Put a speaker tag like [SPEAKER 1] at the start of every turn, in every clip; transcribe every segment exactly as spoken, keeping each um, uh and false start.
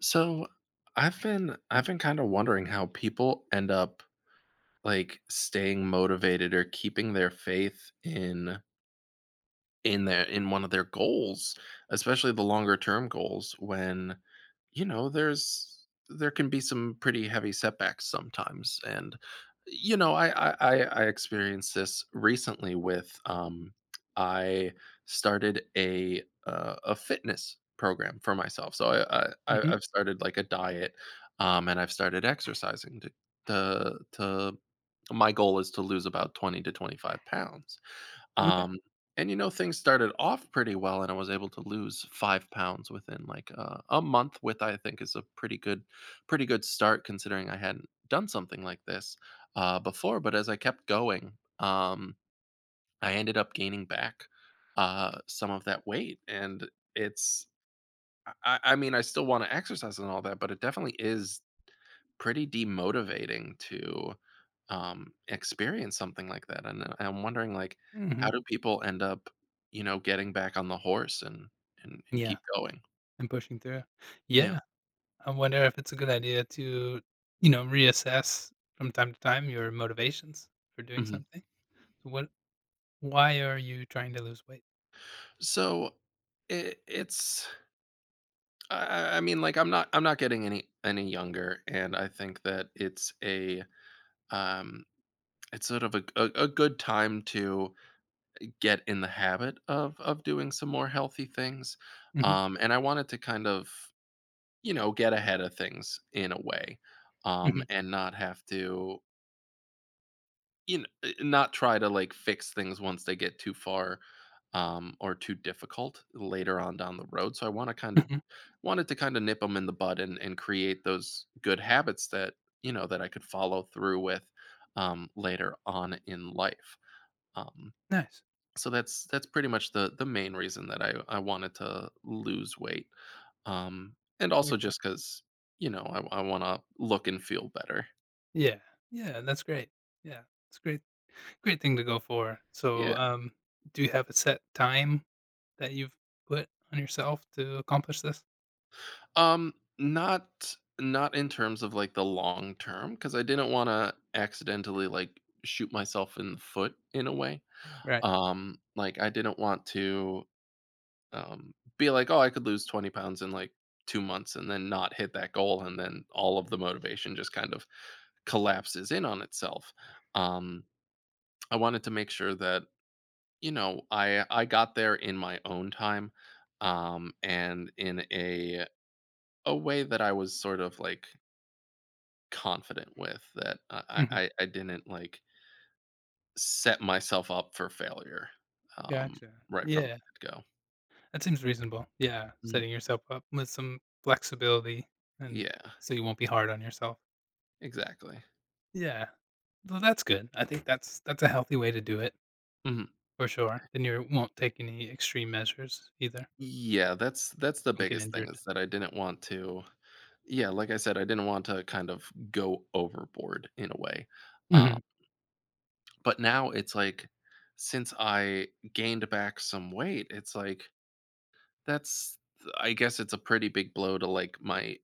[SPEAKER 1] So I've been I've been kind of wondering how people end up like staying motivated or keeping their faith in in their in one of their goals, especially the longer term goals when, you know, there's there can be some pretty heavy setbacks sometimes. And you know, I I I I experienced this recently with um I started a uh, a fitness program for myself. So, I, I I-
[SPEAKER 2] Mhm.
[SPEAKER 1] I've started like a diet um and I've started exercising to to to my goal is to lose about twenty to twenty-five pounds,
[SPEAKER 2] Okay.
[SPEAKER 1] um, and you know, things started off pretty well, and I was able to lose five pounds within, like, uh, a month, with I think is a pretty good pretty good start considering I hadn't done something like this uh, before, but as I kept going, um, I ended up gaining back uh, some of that weight, and it's I I I mean, I still wanna exercise and all that, but it definitely is pretty demotivating to um, experience something like that, and uh, I'm wondering, like, how
[SPEAKER 2] Mhm.
[SPEAKER 1] do people end up, you know, getting back on the horse and and and
[SPEAKER 2] Yeah,
[SPEAKER 1] keep going?
[SPEAKER 2] and pushing through.
[SPEAKER 1] Yeah.
[SPEAKER 2] Yeah, I wonder if it's a good idea to, you know, reassess from time to time your motivations for doing
[SPEAKER 1] Mhm.
[SPEAKER 2] something. So what why are you trying to lose weight?
[SPEAKER 1] So, it it's I I I mean, like, I'm not I'm not getting any any younger, and I think that it's a, um it's sort of a a a good time to get in the habit of of doing some more healthy things,
[SPEAKER 2] Mhm.
[SPEAKER 1] um, and I wanted to kind of, you know, get ahead of things in a way, um,
[SPEAKER 2] Mhm.
[SPEAKER 1] and not have to, you know, eh, not try to like fix things once they get too far, um, or too difficult later on down the road. So I want to kind of
[SPEAKER 2] Mhm.
[SPEAKER 1] wanted to kind of nip them in the bud and and create those good habits that, you know, that I could follow through with um, later on in life. Um,
[SPEAKER 2] Nice.
[SPEAKER 1] so that's that's pretty much the the main reason that I I wanted to lose weight. Um, and
[SPEAKER 2] Very
[SPEAKER 1] also
[SPEAKER 2] cool.
[SPEAKER 1] just because, you know, I I wanna look and feel better.
[SPEAKER 2] Yeah. Yeah, that's great. Yeah. It's great great thing to go for.
[SPEAKER 1] Yeah.
[SPEAKER 2] So, um, do you have a set time that you've put on yourself to accomplish this?
[SPEAKER 1] Um, not not in terms of, like, the long term, because I didn't wanna accidentally, like, shoot myself in the foot in a way.
[SPEAKER 2] Right.
[SPEAKER 1] Um, like, I didn't want to, um, be like, "Oh, I could lose twenty pounds in, like, two months," and then not hit that goal, and then all of the motivation just kind of collapses in on itself. Um, I wanted to make sure that, you know, I I got there in my own time, um, and in a a way that I was sort of, like, confident with, that I
[SPEAKER 2] Mhm.
[SPEAKER 1] I I didn't, like, set myself up for failure, um,
[SPEAKER 2] Gotcha.
[SPEAKER 1] right from
[SPEAKER 2] Yeah.
[SPEAKER 1] the get-go.
[SPEAKER 2] That seems reasonable. Yeah,
[SPEAKER 1] Mm.
[SPEAKER 2] setting yourself up with some flexibility and
[SPEAKER 1] Yeah,
[SPEAKER 2] so you won't be hard on yourself.
[SPEAKER 1] exactly.
[SPEAKER 2] Yeah. Well, that's good. I think that's that's a healthy way to do it
[SPEAKER 1] Mhm.
[SPEAKER 2] for sure. Then you won't take any extreme measures either.
[SPEAKER 1] Yeah, that's that's the
[SPEAKER 2] Don't get
[SPEAKER 1] biggest thing
[SPEAKER 2] injured.
[SPEAKER 1] is that I didn't want to, yeah, like I said, I didn't want to kind of go overboard in a way. um
[SPEAKER 2] Mhm.
[SPEAKER 1] But now it's like, since I gained back some weight, it's like, that's, I guess it's a pretty big blow to like my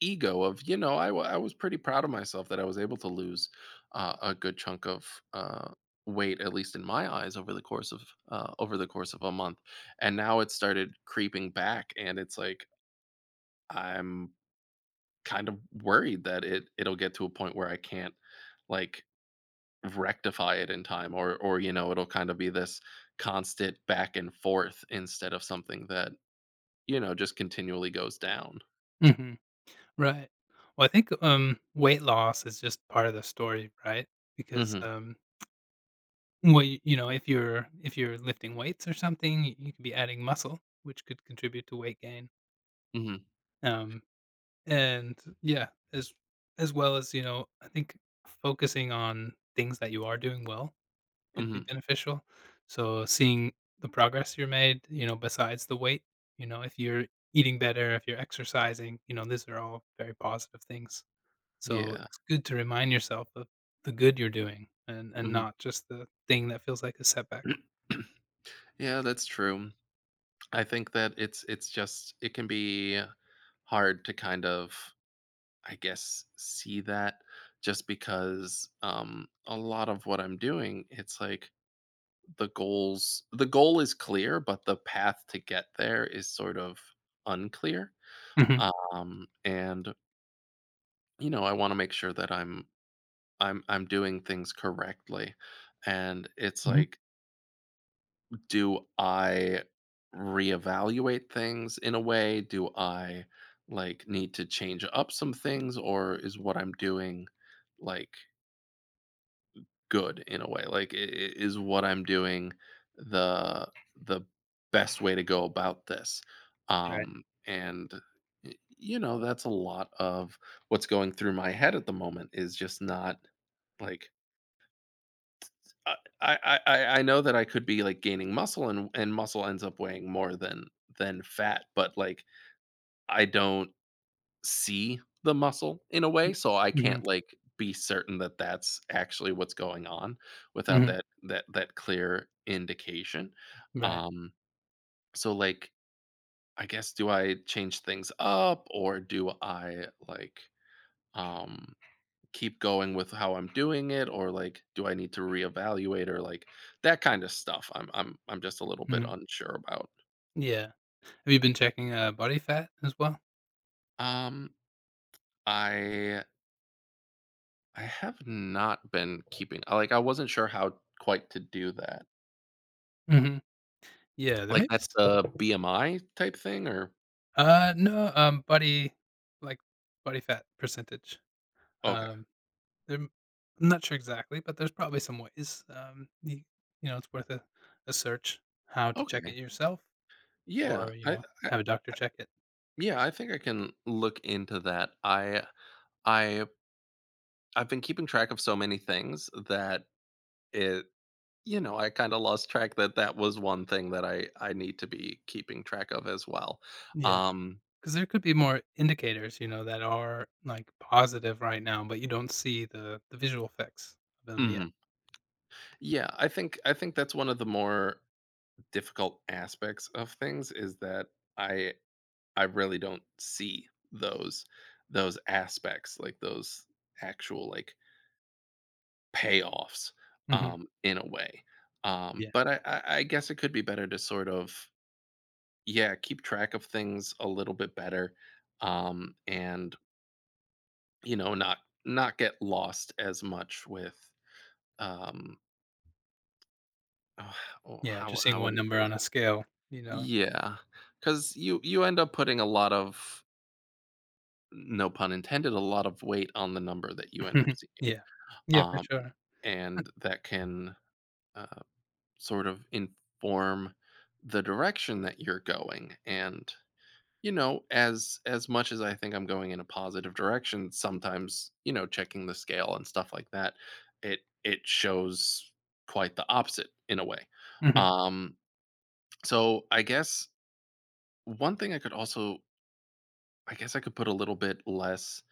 [SPEAKER 1] ego of, you know, I, wa- I was pretty proud of myself that I was able to lose uh, a good chunk of, uh, weight, at least in my eyes, over the course of, uh, over the course of a month, and now it started creeping back and it's like, I'm kind of worried that it it'll get to a point where I can't, like, rectify it in time, or or you know, it'll kind of be this constant back and forth instead of something that, you know, just continually goes down.
[SPEAKER 2] Mhm. Right. Well, I think, um, weight loss is just part of the story, right? Because,
[SPEAKER 1] mhm
[SPEAKER 2] um, well, y you know, if you're if you're lifting weights or something, you you could be adding muscle, which could contribute to weight gain.
[SPEAKER 1] mhm
[SPEAKER 2] Um And yeah, as as well as, you know, I think focusing on things that you are doing well could be
[SPEAKER 1] mhm
[SPEAKER 2] beneficial. So seeing the progress you're made, you know, besides the weight, you know, if you're eating better, if you're exercising, you know, these are all very positive things. So
[SPEAKER 1] yeah
[SPEAKER 2] it's good to remind yourself of the good you're doing and and
[SPEAKER 1] mhm
[SPEAKER 2] not just the thing that feels like a setback.
[SPEAKER 1] yeah, that's true. I think that it's it's just it can be hard to kind of, I guess, see that, just because, um a lot of what I'm doing, it's like, the goals the goal is clear, but the path to get there is sort of unclear.
[SPEAKER 2] Hmm.
[SPEAKER 1] Um, and, you know, I want to make sure that I'm I'm I'm doing things correctly. And it's
[SPEAKER 2] Hmm.
[SPEAKER 1] like, do I reevaluate things in a way? Do I, like, need to change up some things, or is what I'm doing, like, good in a way. Like, i- i- is what I'm doing the the best way to go about this?
[SPEAKER 2] Right.
[SPEAKER 1] Um, and y- you know, that's a lot of what's going through my head at the moment, is just not, like, I I I I know that I could be like gaining muscle, and and muscle ends up weighing more than than fat, but like I don't see the muscle in a way, so I
[SPEAKER 2] Hmm.
[SPEAKER 1] can't, like, be certain that that's actually what's going on without
[SPEAKER 2] Hmm.
[SPEAKER 1] that that that clear indication.
[SPEAKER 2] Right.
[SPEAKER 1] Um, so, like, I guess, do I change things up or do I, like, um, keep going with how I'm doing it, or, like, do I need to reevaluate, or, like, that kinda stuff I'm I'm I'm just a little bit
[SPEAKER 2] Hmm.
[SPEAKER 1] unsure about.
[SPEAKER 2] Yeah. Have you been checking uh, body fat as well?
[SPEAKER 1] Um, I I have not been keeping I like, I wasn't sure how quite to do that.
[SPEAKER 2] Hmm. Yeah, there
[SPEAKER 1] Like,
[SPEAKER 2] may be s
[SPEAKER 1] that's the B M I type thing or
[SPEAKER 2] uh, no, um, body like, body fat percentage.
[SPEAKER 1] Okay,
[SPEAKER 2] Um, I'm I'm not sure exactly, but there's probably some ways, um, you you know, it's worth a a search how to check it
[SPEAKER 1] okay.
[SPEAKER 2] yourself
[SPEAKER 1] Yeah,
[SPEAKER 2] or, you
[SPEAKER 1] I
[SPEAKER 2] know,
[SPEAKER 1] I
[SPEAKER 2] have a doctor check it.
[SPEAKER 1] yeah, I think I can look into that. I I I've been keeping track of so many things that it you know, I kinda lost track that that was one thing that I I need to be keeping track of as well.
[SPEAKER 2] Yeah,
[SPEAKER 1] Um
[SPEAKER 2] because there could be more indicators, you know, that are, like, positive right now, but you don't see the the visual effects of them yet.
[SPEAKER 1] Mhm. Yeah, I think I think that's one of the more difficult aspects of things, is that I I really don't see those those aspects, like, those actual, like, payoffs,
[SPEAKER 2] Mhm.
[SPEAKER 1] um, in a way. Um,
[SPEAKER 2] Yeah.
[SPEAKER 1] but I I I guess it could be better to sort of, yeah, keep track of things a little bit better, um, and, you know, not not get lost as much with, um oh, oh,
[SPEAKER 2] Yeah,
[SPEAKER 1] how
[SPEAKER 2] just seeing
[SPEAKER 1] how would
[SPEAKER 2] one
[SPEAKER 1] you
[SPEAKER 2] number
[SPEAKER 1] phrase
[SPEAKER 2] on a
[SPEAKER 1] it?
[SPEAKER 2] scale, you know?
[SPEAKER 1] Yeah, because you you end up putting a lot of, no pun intended, a lot of weight on the number that you end up seeing.
[SPEAKER 2] Yeah. Yeah, for
[SPEAKER 1] um,
[SPEAKER 2] sure.
[SPEAKER 1] and that can uh, sort of inform the direction that you're going, and, you know, as as much as I think I'm going in a positive direction, sometimes, you know, checking the scale and stuff like that, it it shows quite the opposite in a way. um so, I guess, one thing I could also, I guess I could put a little bit less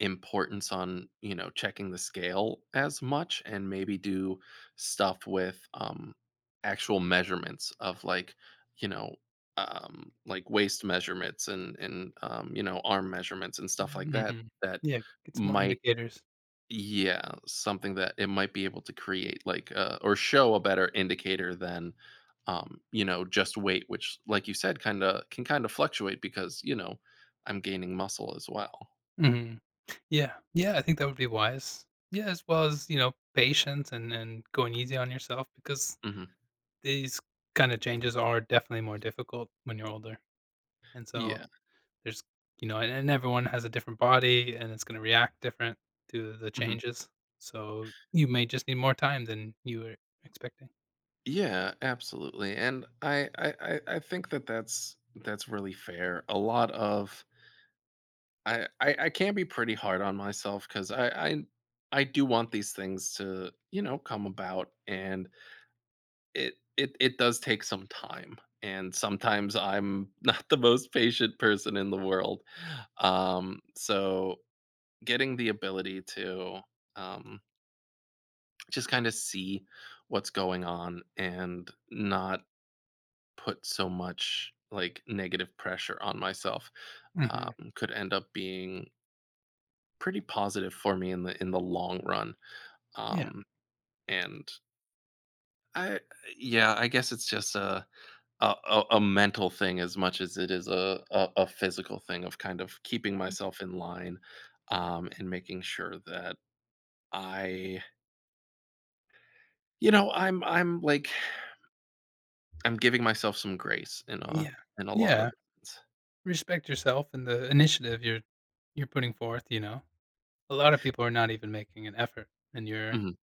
[SPEAKER 1] importance on, you know, checking the scale as much, and maybe do stuff with, um actual measurements of, like, you know, um like waist measurements, and and um you know, arm measurements and stuff like that,
[SPEAKER 2] Mhm.
[SPEAKER 1] that
[SPEAKER 2] Yeah, get some more
[SPEAKER 1] might,
[SPEAKER 2] indicators.
[SPEAKER 1] yeah, something that it might be able to create like, uh, or show a better indicator than, um, you know, just weight, which, like you said, kinda can kind of fluctuate because, you know, I'm gaining muscle as well.
[SPEAKER 2] Mhm. Yeah, yeah, I think that would be wise. Yeah, as well as, you know, patience and and going easy on yourself because
[SPEAKER 1] hmm
[SPEAKER 2] these kind of changes are definitely more difficult when you're older. And so
[SPEAKER 1] Yeah.
[SPEAKER 2] there's, you know, and, and everyone has a different body and it's going to react different to the
[SPEAKER 1] hmm
[SPEAKER 2] changes. So you may just need more time than you were expecting.
[SPEAKER 1] Yeah, absolutely. And I, I I I think that that's that's really fair. A lot of I I, I can be pretty hard on myself because I, I I do want these things to, you know, come about, and it it it does take some time, and sometimes I'm not the most patient person in the world. Um, so, getting the ability to um, just kind of see what's going on, and not put so much like negative pressure on myself, um,
[SPEAKER 2] Hmm.
[SPEAKER 1] could end up being pretty positive for me in the in the long run.
[SPEAKER 2] Yeah,
[SPEAKER 1] Um, and I Yeah, I guess it's just a a, a, a mental thing as much as it is a, a, a physical thing of kind of keeping myself in line, um, and making sure that I, you know, I'm I'm like I'm giving myself some grace in a,
[SPEAKER 2] yeah,
[SPEAKER 1] in a lot of
[SPEAKER 2] yeah.
[SPEAKER 1] things.
[SPEAKER 2] Respect yourself and the initiative you're you're putting forth. You know, a lot of people are not even making an effort, and you're
[SPEAKER 1] Mhm.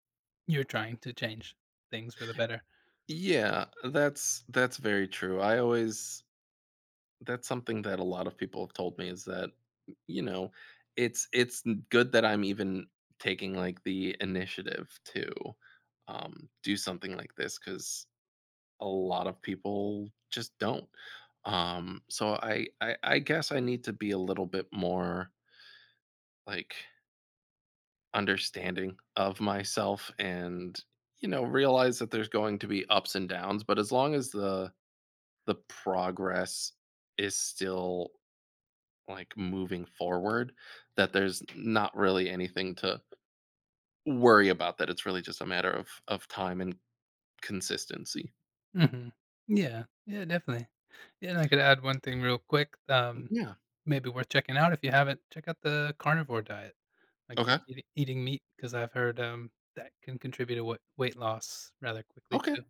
[SPEAKER 2] you're trying to change things for the better.
[SPEAKER 1] Yeah, that's that's very true. I always That's something that a lot of people have told me, is that, you know, it's it's n- good that I'm even taking, like, the initiative to, um, do something like this, because a lot of people just don't. Um, so, I, I I guess I need to be a little bit more, like, understanding of myself, and, you know, realize that there's going to be ups and downs, but as long as the the progress is still, like, moving forward, that there's not really anything to worry about. That it's really just a matter of of time and consistency.
[SPEAKER 2] Mhm. Yeah. Yeah, definitely. Yeah, and I could add one thing real quick, um,
[SPEAKER 1] Yeah.
[SPEAKER 2] maybe worth checking out if you haven't, check out the carnivore diet, like, just
[SPEAKER 1] Okay.
[SPEAKER 2] eat, eating meat, because 'cause I've heard, um, that can contribute to wei weight loss rather quickly
[SPEAKER 1] Okay.
[SPEAKER 2] too.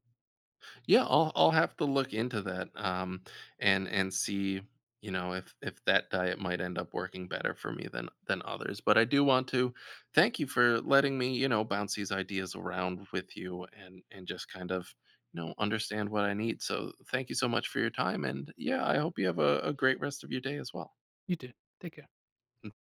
[SPEAKER 1] Yeah, I'll I'll have to look into that, um, and and see, you know, if if that diet might end up working better for me than than others. But I do want to thank you for letting me, you know, bounce these ideas around with you, and and just kind of, you know, understand what I need. So, thank you so much for your time, and yeah, I hope you have a, a great rest of your day as well.
[SPEAKER 2] You too. Take care.